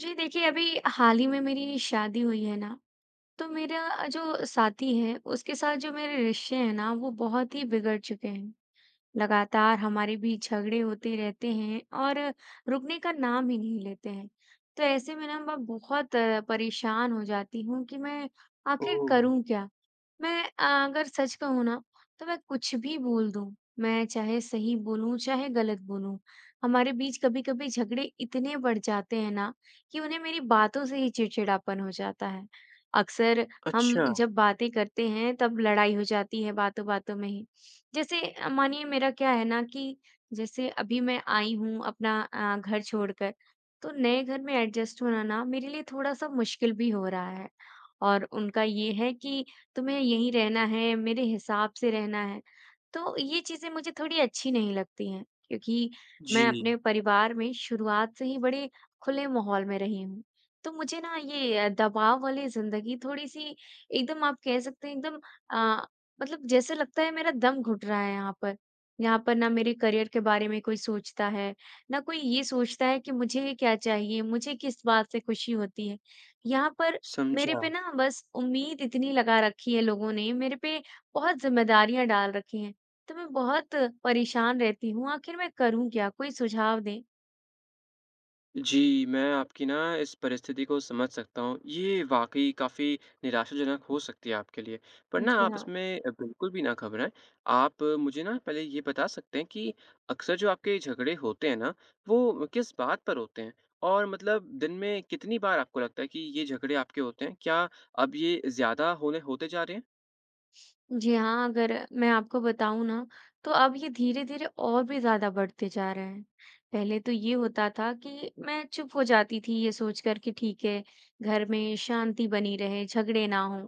जी देखिए, अभी हाल ही में मेरी शादी हुई है ना, तो मेरा जो साथी है उसके साथ जो मेरे रिश्ते हैं ना वो बहुत ही बिगड़ चुके हैं। लगातार हमारे बीच झगड़े होते रहते हैं और रुकने का नाम ही नहीं लेते हैं। तो ऐसे में ना मैं बहुत परेशान हो जाती हूँ कि मैं आखिर ओह! करूँ क्या? मैं अगर सच कहूँ ना तो मैं कुछ भी बोल दूँ, मैं चाहे सही बोलूँ चाहे गलत बोलूँ। हमारे बीच कभी-कभी झगड़े इतने बढ़ जाते हैं ना कि उन्हें मेरी बातों से ही चिड़चिड़ापन हो जाता है। अक्सर हम अच्छा। जब बातें करते हैं तब लड़ाई हो जाती है बातों-बातों में ही। जैसे मानिए मेरा क्या है ना कि जैसे अभी मैं आई हूँ अपना घर छोड़कर, तो नए घर में एडजस्ट होना ना मेरे लिए थोड़ा-सा मुश्किल भी हो रहा है। और उनका ये है कि तुम्हें यहीं रहना है, मेरे हिसाब से रहना है, तो ये चीज़ें मुझे थोड़ी अच्छी नहीं लगती हैं क्योंकि मैं जी, अपने परिवार में शुरुआत से ही बड़े खुले माहौल में रही हूँ। तो मुझे ना ये दबाव वाली ज़िंदगी थोड़ी-सी एकदम आप कह सकते हैं एकदम अ, मतलब जैसे लगता है मेरा दम घुट रहा है यहाँ पर। यहाँ पर ना मेरे करियर के बारे में कोई सोचता है, ना कोई ये सोचता है कि मुझे क्या चाहिए, मुझे किस बात से खुशी होती है। यहाँ पर मेरे समझा। पे ना बस उम्मीद इतनी लगा रखी है लोगों ने, मेरे पे बहुत ज़िम्मेदारियाँ डाल रखी हैं, तो मैं बहुत परेशान रहती हूँ, आखिर मैं करूँ क्या? कोई सुझाव दें। जी, मैं आपकी ना इस परिस्थिति को समझ सकता हूँ। ये वाक़ई काफ़ी निराशाजनक हो सकती है आपके लिए। पर ना जी आप हाँ। इसमें बिल्कुल भी ना घबराएँ। आप मुझे ना पहले ये बता सकते हैं कि अक्सर जो आपके झगड़े होते हैं ना, वो किस बात पर होते हैं? और मतलब दिन में कितनी बार आपको लगता है कि ये झगड़े आपके होते हैं? क्या अब ये ज़्यादा होने होते जा रहे हैं? जी हाँ, अगर मैं आपको बताऊँ ना, तो अब ये धीरे-धीरे और भी ज़्यादा बढ़ते जा रहे हैं। पहले तो ये होता था कि मैं चुप हो जाती थी ये सोचकर कि ठीक है, घर में शांति बनी रहे, झगड़े ना हों।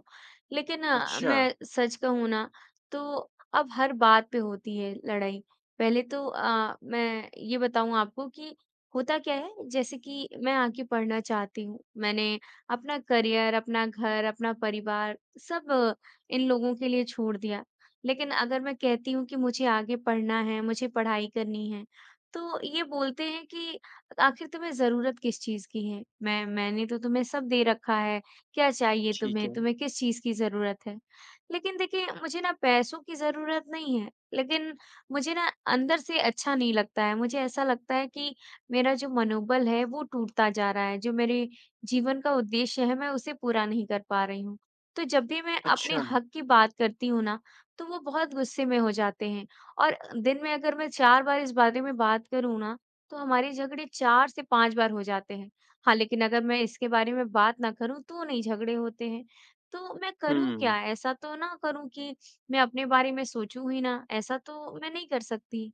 लेकिन अच्छा, मैं सच कहूँ ना, तो अब हर बात पे होती है लड़ाई। पहले तो मैं ये बताऊँ आपको कि होता क्या है, जैसे कि मैं आगे पढ़ना चाहती हूँ। मैंने अपना करियर, अपना घर, अपना परिवार सब इन लोगों के लिए छोड़ दिया। लेकिन अगर मैं कहती हूँ कि मुझे आगे पढ़ना है, मुझे पढ़ाई करनी है, तो ये बोलते हैं कि आखिर तुम्हें ज़रूरत किस चीज़ की है? मैंने तो तुम्हें सब दे रखा है, क्या चाहिए ठीक तुम्हें? है। तुम्हें किस चीज़ की ज़रूरत है? लेकिन देखिए, मुझे ना पैसों की ज़रूरत नहीं है, लेकिन मुझे ना अंदर से अच्छा नहीं लगता है। मुझे ऐसा लगता है कि मेरा जो मनोबल है, वो टूटता जा रहा है, जो मेरे जीवन का उद्देश्य है, मैं उसे पूरा नहीं कर पा रही हूँ। तो जब भी मैं अपने अच्छा, हक की बात करती हूँ ना, तो वो बहुत गुस्से में हो जाते हैं और दिन में अगर मैं 4 बार इस बारे में बात करूँ ना, तो हमारे झगड़े 4 से 5 बार हो जाते हैं। हाँ, लेकिन अगर मैं इसके बारे में बात ना करूँ, तो नहीं झगड़े होते हैं। तो मैं करूँ क्या? हुँ। ऐसा तो ना करूँ कि मैं अपने बारे में सोचूँ ही ना, ऐसा तो मैं नहीं कर सकती।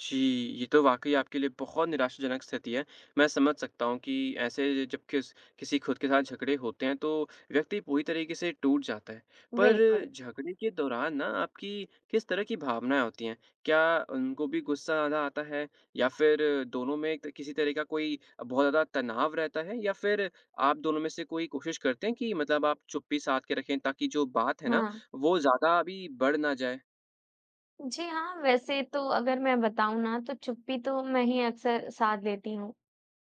जी, ये तो वाक़ई आपके लिए बहुत निराशाजनक स्थिति है। मैं समझ सकता हूँ कि ऐसे जब किसी खुद के साथ झगड़े होते हैं, तो व्यक्ति पूरी तरीके से टूट जाता है। पर बिल्कुल। झगड़े के दौरान ना आपकी किस तरह की भावनाएँ होती हैं? क्या उनको भी गुस्सा ज़्यादा आता है या फिर दोनों में त किसी तरह का कोई बहुत ज़्यादा तनाव रहता है? या फिर आप दोनों में से कोई कोशिश करते हैं कि मतलब आप चुप्पी साध के रखें ताकि जो बात है ना, हाँ। वो ज़्यादा अभी बढ़ ना जाए? जी हाँ, वैसे तो अगर मैं बताऊँ ना, तो चुप्पी तो मैं ही अक्सर साध लेती हूँ।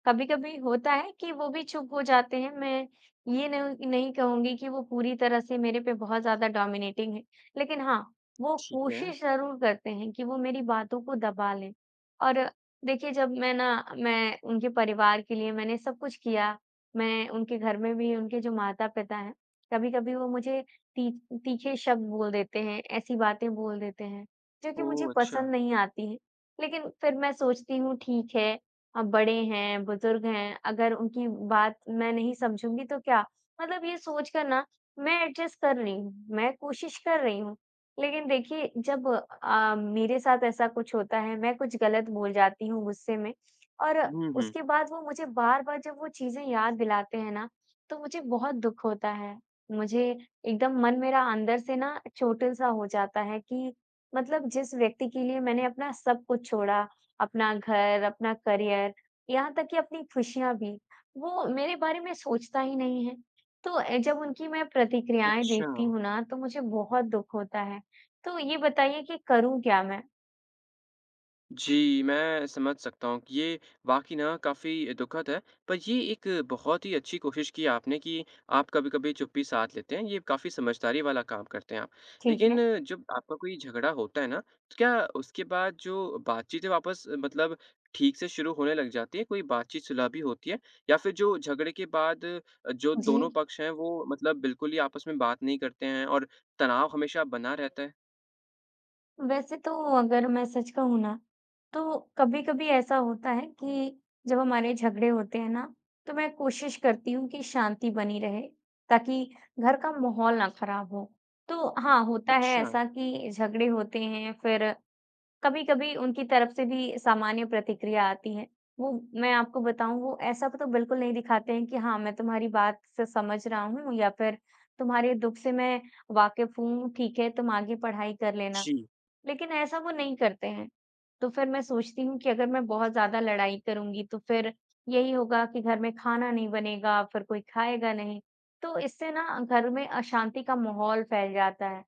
कभी-कभी होता है कि वो भी चुप हो जाते हैं। मैं ये नहीं नहीं कहूँगी कि वो पूरी तरह से मेरे पे बहुत ज़्यादा डोमिनेटिंग हैं। लेकिन हाँ, वो ठीक है। कोशिश ज़रूर करते हैं कि वो मेरी बातों को दबा लें। और देखिए जब मैं उनके परिवार के लिए मैंने सब कुछ किया, मैं उनके घर में भी उनके जो माता-पिता हैं, कभी-कभी वो मुझे ती तीखे शब्द बोल देते हैं, ऐसी बातें बोल देते हैं, जो कि मुझे ओह! अच्छा। पसंद नहीं आती हैं। लेकिन फिर मैं सोचती हूँ ठीक है बड़े हैं, बुजुर्ग हैं, अगर उनकी बात मैं नहीं समझूँगी तो क्या? मतलब ये सोच कर ना मैं एडजस्ट कर रही हूँ, मैं कोशिश कर रही हूँ। लेकिन देखिए जब मेरे साथ ऐसा कुछ होता है, मैं कुछ गलत बोल जाती हूँ गुस्से में और हुँ, हुँ। उसके बाद वो मुझे बार-बार जब वो चीज़ें याद दिलाते हैं ना, तो मुझे बहुत दुःख होता है। मुझे एकदम मन मेरा अंदर से ना चोटिल-सा हो जाता है कि मतलब जिस व्यक्ति के लिए मैंने अपना सब कुछ छोड़ा अपना घर, अपना करियर, यहाँ तक कि अपनी खुशियाँ भी, वो मेरे बारे में सोचता ही नहीं है। तो जब उनकी मैं प्रतिक्रियाएँ अच्छा। देखती हूँ ना, तो मुझे बहुत दुःख होता है। तो ये बताइए कि करूँ क्या मैं? जी, मैं समझ सकता हूँ कि ये वाक़ई ना काफ़ी दुखद है, पर ये एक बहुत ही अच्छी कोशिश की आपने कि आप कभी-कभी चुप्पी साध लेते हैं, ये काफ़ी समझदारी वाला काम करते हैं आप। ठीक लेकिन है। जब आपका कोई झगड़ा होता है ना, तो क्या उसके बाद जो बातचीत है वापस मतलब ठीक से शुरू होने लग जाती है? कोई बातचीत सुलह भी होती है? या फिर जो झगड़े के बाद जो जी। दोनों पक्ष हैं वो मतलब बिल्कुल ही आपस में बात नहीं करते हैं और तनाव हमेशा बना रहता है? वैसे तो अगर मैं सच कहूँ ना, तो कभी-कभी ऐसा होता है कि जब हमारे झगड़े होते हैं ना, तो मैं कोशिश करती हूँ कि शांति बनी रहे, ताकि घर का माहौल ना खराब हो। तो हाँ, होता है अच्छा, ऐसा कि झगड़े होते हैं, फिर कभी-कभी उनकी तरफ से भी सामान्य प्रतिक्रिया आती है। वो मैं आपको बताऊँ, वो ऐसा तो बिल्कुल नहीं दिखाते हैं कि हाँ, मैं तुम्हारी बात से समझ रहा हूँ या फिर तुम्हारे दुःख से मैं वाकिफ़ हूँ, ठीक है, तुम आगे पढ़ाई कर लेना। जी। लेकिन ऐसा वो नहीं करते हैं। तो फिर मैं सोचती हूँ कि अगर मैं बहुत ज़्यादा लड़ाई करूँगी तो फिर यही होगा कि घर में खाना नहीं बनेगा, फिर कोई खाएगा नहीं। तो इससे ना घर में अशांति का माहौल फैल जाता है।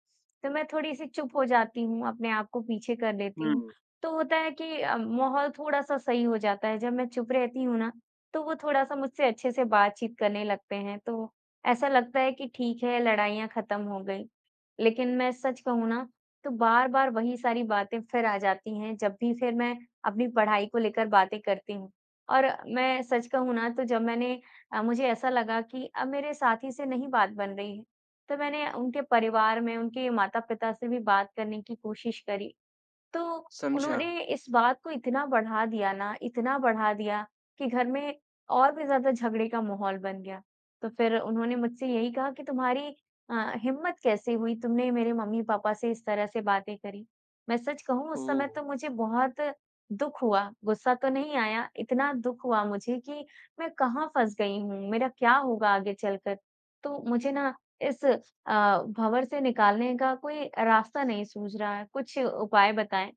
तो मैं थोड़ी-सी चुप हो जाती हूँ, अपने आप को पीछे कर लेती हूँ। हुँ। तो होता है कि माहौल थोड़ा-सा सही हो जाता है। जब मैं चुप रहती हूँ ना, तो वो थोड़ा-सा मुझसे अच्छे से बातचीत करने लगते हैं। तो ऐसा लगता है कि ठीक है, लड़ाइयाँ खत्म हो गई। लेकिन मैं सच कहूँ ना तो बार-बार वही सारी बातें फिर आ जाती हैं, जब भी फिर मैं अपनी पढ़ाई को लेकर बातें करती हूँ। और मैं सच कहूँ ना तो जब मैंने मुझे ऐसा लगा कि अब मेरे साथी से नहीं बात बन रही है, तो मैंने उनके परिवार में, उनके माता-पिता से भी बात करने की कोशिश करी। तो समझा। उन्होंने इस बात को इतना बढ़ा दिया ना, इतना बढ़ा दिया कि घर में और भी ज़्यादा झगड़े का माहौल बन गया। तो फिर उन्होंने मुझसे यही कहा कि तुम्हारी हिम्मत कैसे हुई? तुमने मेरे मम्मी-पापा से इस तरह से बातें करी। मैं सच कहूँ उस ओह! समय तो मुझे बहुत दुःख हुआ, गुस्सा तो नहीं आया, इतना दुःख हुआ मुझे कि मैं कहाँ फँस गई हूँ? मेरा क्या होगा आगे चलकर? तो मुझे ना इस भंवर से निकालने का कोई रास्ता नहीं सूझ रहा है, कुछ उपाय बताएँ?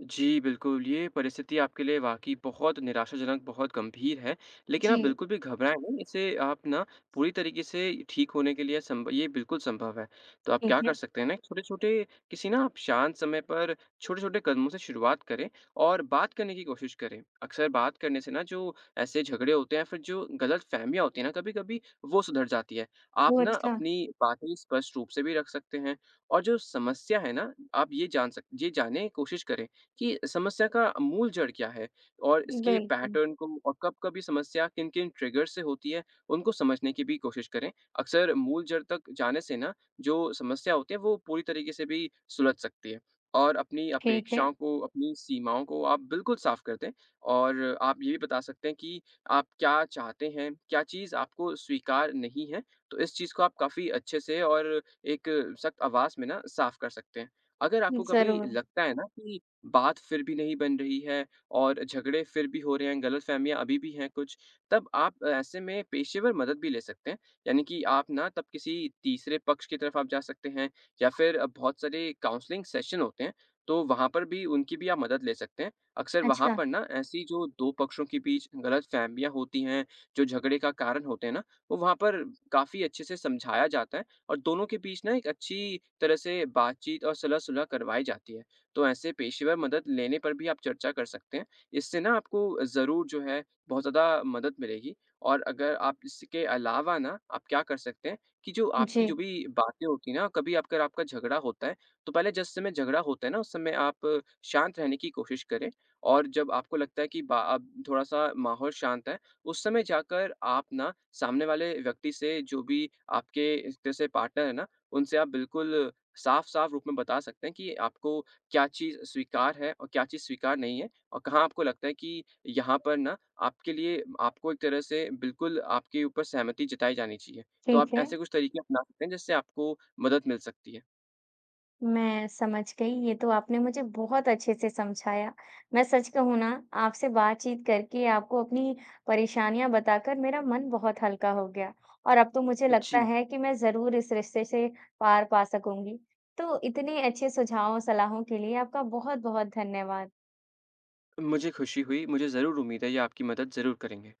जी, बिल्कुल, ये परिस्थिति आपके लिए वाक़ई बहुत निराशाजनक, बहुत गंभीर है, लेकिन आप जी, बिल्कुल भी घबराएँ नहीं, इसे आप ना पूरी तरीके से ठीक होने के लिए संभ ये बिल्कुल संभव है। तो आप क्या ठीक कर है। सकते हैं ना, छोटे-छोटे किसी ना आप शांत समय पर छोटे-छोटे कदमों से शुरुआत करें और बात करने की कोशिश करें। अक्सर बात करने से ना जो ऐसे झगड़े होते हैं, फिर जो गलतफ़हमियाँ होती हैं ना, कभी-कभी वो सुधर जाती है। आप वो ना अच्छा अपनी बातें स्पष्ट रूप से भी रख सकते हैं और जो समस्या है ना, आप ये जानने की कोशिश करें कि समस्या का मूल जड़ क्या है? और इसके बिल्कुल, पैटर्न को और कब कभी समस्या किन-किन ट्रिगर से होती है, उनको समझने की भी कोशिश करें। अक्सर मूल जड़ तक जाने से ना, जो समस्या होती है, वो पूरी तरीके से भी सुलझ सकती है। और अपनी ठीक है, अपेक्षाओं को, अपनी सीमाओं को आप बिल्कुल साफ़ कर दें और आप ये भी बता सकते हैं कि आप क्या चाहते हैं, क्या चीज़ आपको स्वीकार नहीं है। तो इस चीज़ को आप काफ़ी अच्छे से और एक सख्त आवाज़ में ना साफ़ कर सकते हैं। अगर आपको कभी ज़रूर। लगता है ना कि बात फिर भी नहीं बन रही है और झगड़े फिर भी हो रहे हैं, गलतफ़हमियाँ अभी भी हैं कुछ, तब आप ऐसे में पेशेवर मदद भी ले सकते हैं। यानी कि आप ना तब किसी तीसरे पक्ष की तरफ आप जा सकते हैं या फिर बहुत सारे काउंसलिंग सेशन होते हैं, तो वहाँ पर भी उनकी भी आप मदद ले सकते हैं। अक्सर वहाँ अच्छा, पर ना ऐसी जो 2 पक्षों के बीच गलतफ़हमियाँ होती हैं, जो झगड़े का कारण होते हैं ना, वो वहाँ पर काफ़ी अच्छे से समझाया जाता है और दोनों के बीच ना एक अच्छी तरह से बातचीत और सलाह-सुलह करवाई जाती है। तो ऐसे पेशेवर मदद लेने पर भी आप चर्चा कर सकते हैं। इससे ना आपको ज़रूर जो है बहुत ज़्यादा मदद मिलेगी और अगर आप इसके अलावा ना आप क्या कर सकते हैं कि जो जी, आपकी जो भी बातें होती हैं ना, कभी अगर आपका झगड़ा होता है, तो पहले जिस समय झगड़ा होता है ना, उस समय आप शांत रहने की कोशिश करें और जब आपको लगता है कि बा अब थोड़ा-सा माहौल शांत है, उस समय जाकर आप ना सामने वाले व्यक्ति से जो भी आपके जैसे पार्टनर है ना, उनसे आप बिल्कुल साफ-साफ रूप में बता सकते हैं कि आपको क्या चीज़ स्वीकार है और क्या चीज़ स्वीकार नहीं है और कहाँ आपको लगता है कि यहाँ पर ना आपके लिए आपको एक तरह से बिल्कुल आपके ऊपर सहमति जताई जानी चाहिए। तो आप ठीक है। ऐसे कुछ तरीके अपना सकते हैं जिससे आपको मदद मिल सकती है। मैं समझ गई, ये तो आपने मुझे बहुत अच्छे से समझाया। मैं सच कहूँ ना, आपसे बातचीत करके, आपको अपनी परेशानियाँ बताकर मेरा मन बहुत हल्का हो गया और अब तो मुझे लगता जी, है कि मैं ज़रूर इस रिश्ते से पार पा सकूँगी। तो इतने अच्छे सुझावों, सलाहों के लिए आपका बहुत-बहुत धन्यवाद। मुझे खुशी हुई। मुझे ज़रूर उम्मीद है ये आपकी मदद ज़रूर करेंगे।